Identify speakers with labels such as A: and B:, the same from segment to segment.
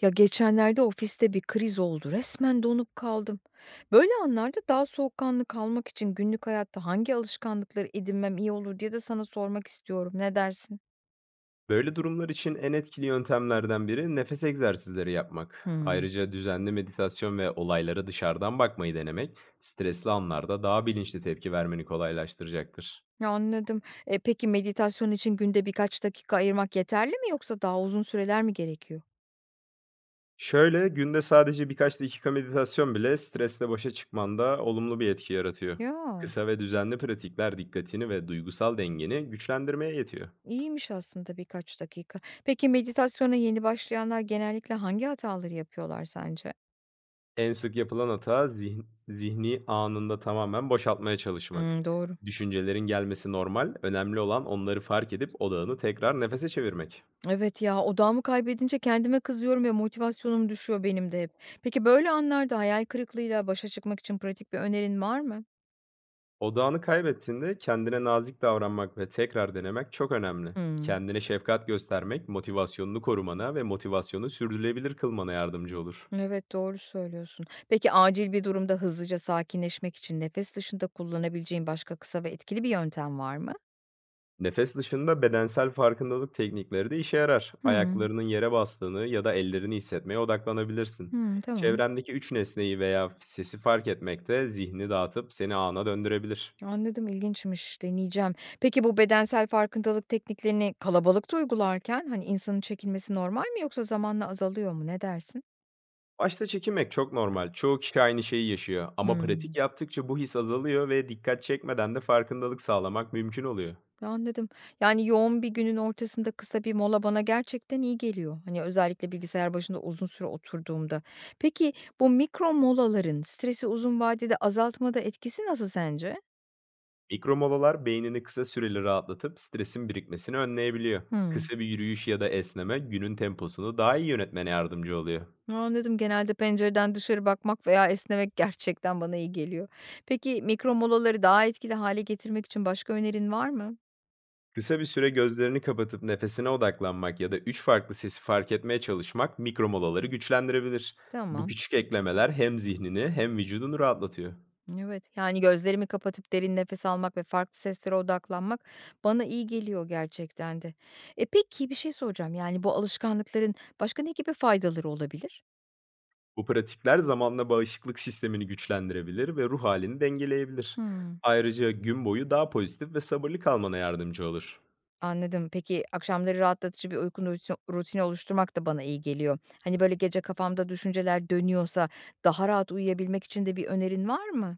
A: Ya geçenlerde ofiste bir kriz oldu. Resmen donup kaldım. Böyle anlarda daha soğukkanlı kalmak için günlük hayatta hangi alışkanlıkları edinmem iyi olur diye de sana sormak istiyorum. Ne dersin?
B: Böyle durumlar için en etkili yöntemlerden biri nefes egzersizleri yapmak.
A: Hmm.
B: Ayrıca düzenli meditasyon ve olaylara dışarıdan bakmayı denemek, stresli anlarda daha bilinçli tepki vermeni kolaylaştıracaktır.
A: Ya anladım. Peki meditasyon için günde birkaç dakika ayırmak yeterli mi yoksa daha uzun süreler mi gerekiyor?
B: Şöyle günde sadece birkaç dakika meditasyon bile stresle başa çıkmanda olumlu bir etki yaratıyor.
A: Ya,
B: Kısa ve düzenli pratikler dikkatini ve duygusal dengeni güçlendirmeye yetiyor.
A: iyiymiş aslında birkaç dakika. Peki meditasyona yeni başlayanlar genellikle hangi hataları yapıyorlar sence?
B: En sık yapılan hata zihni anında tamamen boşaltmaya çalışmak.
A: Hmm, doğru.
B: Düşüncelerin gelmesi normal, önemli olan onları fark edip odağını tekrar nefese çevirmek.
A: Evet ya, odağımı kaybedince kendime kızıyorum ve motivasyonum düşüyor benim de hep. Peki böyle anlarda hayal kırıklığıyla başa çıkmak için pratik bir önerin var mı?
B: Odağını kaybettiğinde kendine nazik davranmak ve tekrar denemek çok önemli.
A: Hımm.
B: Kendine şefkat göstermek motivasyonunu korumana ve motivasyonu sürdürülebilir kılmana yardımcı olur.
A: Evet, doğru söylüyorsun. Peki acil bir durumda hızlıca sakinleşmek için nefes dışında kullanabileceğin başka kısa ve etkili bir yöntem var mı?
B: Nefes dışında bedensel farkındalık teknikleri de işe yarar.
A: Hımm.
B: Ayaklarının yere bastığını ya da ellerini hissetmeye odaklanabilirsin.
A: Hımm, tamam.
B: Çevrendeki üç nesneyi veya sesi fark etmek de zihni dağıtıp seni ana döndürebilir.
A: Anladım, ilginçmiş. Deneyeceğim. Peki bu bedensel farkındalık tekniklerini kalabalıkta uygularken, hani, insanın çekinmesi normal mi yoksa zamanla azalıyor mu? Ne dersin?
B: Başta çekinmek çok normal. Çoğu kişi aynı şeyi yaşıyor ama
A: Hımm.
B: pratik yaptıkça bu his azalıyor ve dikkat çekmeden de farkındalık sağlamak mümkün oluyor.
A: Anladım. Yani, yoğun bir günün ortasında kısa bir mola bana gerçekten iyi geliyor. Hani, özellikle bilgisayar başında uzun süre oturduğumda. Peki, bu mikro molaların stresi uzun vadede azaltmada etkisi nasıl sence?
B: Mikro molalar beynini kısa süreli rahatlatıp stresin birikmesini önleyebiliyor.
A: Hımm.
B: Kısa bir yürüyüş ya da esneme günün temposunu daha iyi yönetmene yardımcı oluyor.
A: Anladım. Genelde pencereden dışarı bakmak veya esnemek gerçekten bana iyi geliyor. Peki, mikro molaları daha etkili hale getirmek için başka önerin var mı?
B: Kısa bir süre gözlerini kapatıp nefesine odaklanmak ya da 3 farklı sesi fark etmeye çalışmak mikro molaları güçlendirebilir. Bu
A: Tamam.
B: küçük eklemeler hem zihnini hem vücudunu rahatlatıyor.
A: Evet, yani, gözlerimi kapatıp derin nefes almak ve farklı seslere odaklanmak bana iyi geliyor gerçekten de. Peki, bir şey soracağım, yani, bu alışkanlıkların başka ne gibi faydaları olabilir?
B: Bu pratikler zamanla bağışıklık sistemini güçlendirebilir ve ruh halini dengeleyebilir.
A: Hımm,
B: Ayrıca gün boyu daha pozitif ve sabırlı kalmana yardımcı olur.
A: anladım. Peki, akşamları rahatlatıcı bir uyku rutini oluşturmak da bana iyi geliyor. Hani, böyle, gece kafamda düşünceler dönüyorsa daha rahat uyuyabilmek için de bir önerin var mı?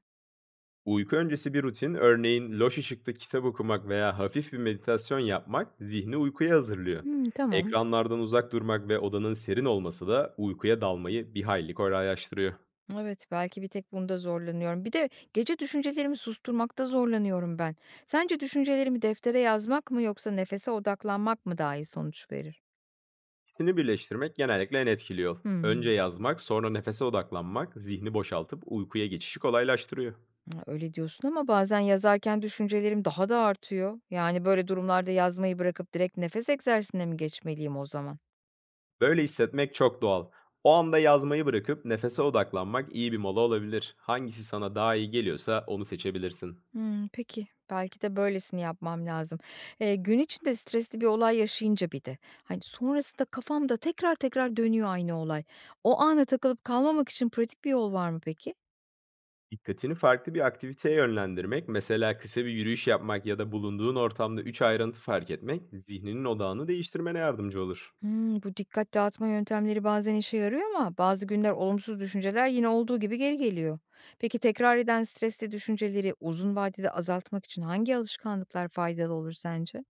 B: Uyku öncesi bir rutin, örneğin loş ışıkta kitap okumak veya hafif bir meditasyon yapmak zihni uykuya hazırlıyor.
A: Hımm, tamam.
B: Ekranlardan uzak durmak ve odanın serin olması da uykuya dalmayı bir hayli kolaylaştırıyor.
A: Evet, belki bir tek bunda zorlanıyorum. Bir de gece düşüncelerimi susturmakta zorlanıyorum ben. Sence düşüncelerimi deftere yazmak mı yoksa nefese odaklanmak mı daha iyi sonuç verir?
B: İkisini birleştirmek genellikle en etkili yol.
A: Hmm,
B: Önce yazmak, sonra nefese odaklanmak zihni boşaltıp uykuya geçişi kolaylaştırıyor.
A: ha, öyle diyorsun ama bazen yazarken düşüncelerim daha da artıyor. Yani böyle durumlarda yazmayı bırakıp direkt nefes egzersizine mi geçmeliyim o zaman?
B: Böyle hissetmek çok doğal. O anda yazmayı bırakıp nefese odaklanmak iyi bir mola olabilir. Hangisi sana daha iyi geliyorsa onu seçebilirsin.
A: Hımm, peki. Belki de böylesini yapmam lazım. Gün içinde stresli bir olay yaşayınca bir de, hani, sonrasında kafamda tekrar tekrar dönüyor aynı olay. O ana takılıp kalmamak için pratik bir yol var mı peki?
B: Dikkatini farklı bir aktiviteye yönlendirmek, mesela kısa bir yürüyüş yapmak ya da bulunduğun ortamda 3 ayrıntı fark etmek, zihninin odağını değiştirmene yardımcı olur.
A: Hımm, bu dikkat dağıtma yöntemleri bazen işe yarıyor ama bazı günler olumsuz düşünceler yine olduğu gibi geri geliyor. Peki tekrar eden stresli düşünceleri uzun vadede azaltmak için hangi alışkanlıklar faydalı olur sence?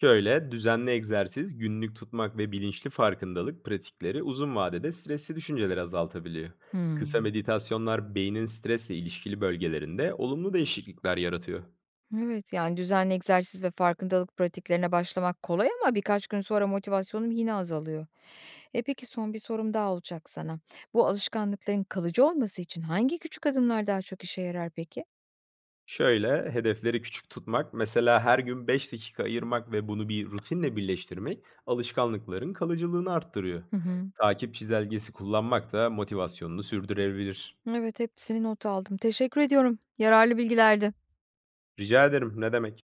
B: Şöyle, düzenli egzersiz, günlük tutmak ve bilinçli farkındalık pratikleri uzun vadede stresli düşünceleri azaltabiliyor. Kısa
A: Hımm.
B: meditasyonlar beynin stresle ilişkili bölgelerinde olumlu değişiklikler yaratıyor.
A: Evet, yani düzenli egzersiz ve farkındalık pratiklerine başlamak kolay ama birkaç gün sonra motivasyonum yine azalıyor. E peki son bir sorum daha olacak sana. Bu alışkanlıkların kalıcı olması için hangi küçük adımlar daha çok işe yarar peki?
B: Şöyle, hedefleri küçük tutmak, mesela her gün 5 dakika ayırmak ve bunu bir rutinle birleştirmek alışkanlıkların kalıcılığını arttırıyor.
A: Hı hı.
B: Takip çizelgesi kullanmak da motivasyonunu sürdürebilir.
A: Evet, hepsini not aldım. Teşekkür ediyorum. Yararlı bilgilerdi.
B: Rica ederim, ne demek.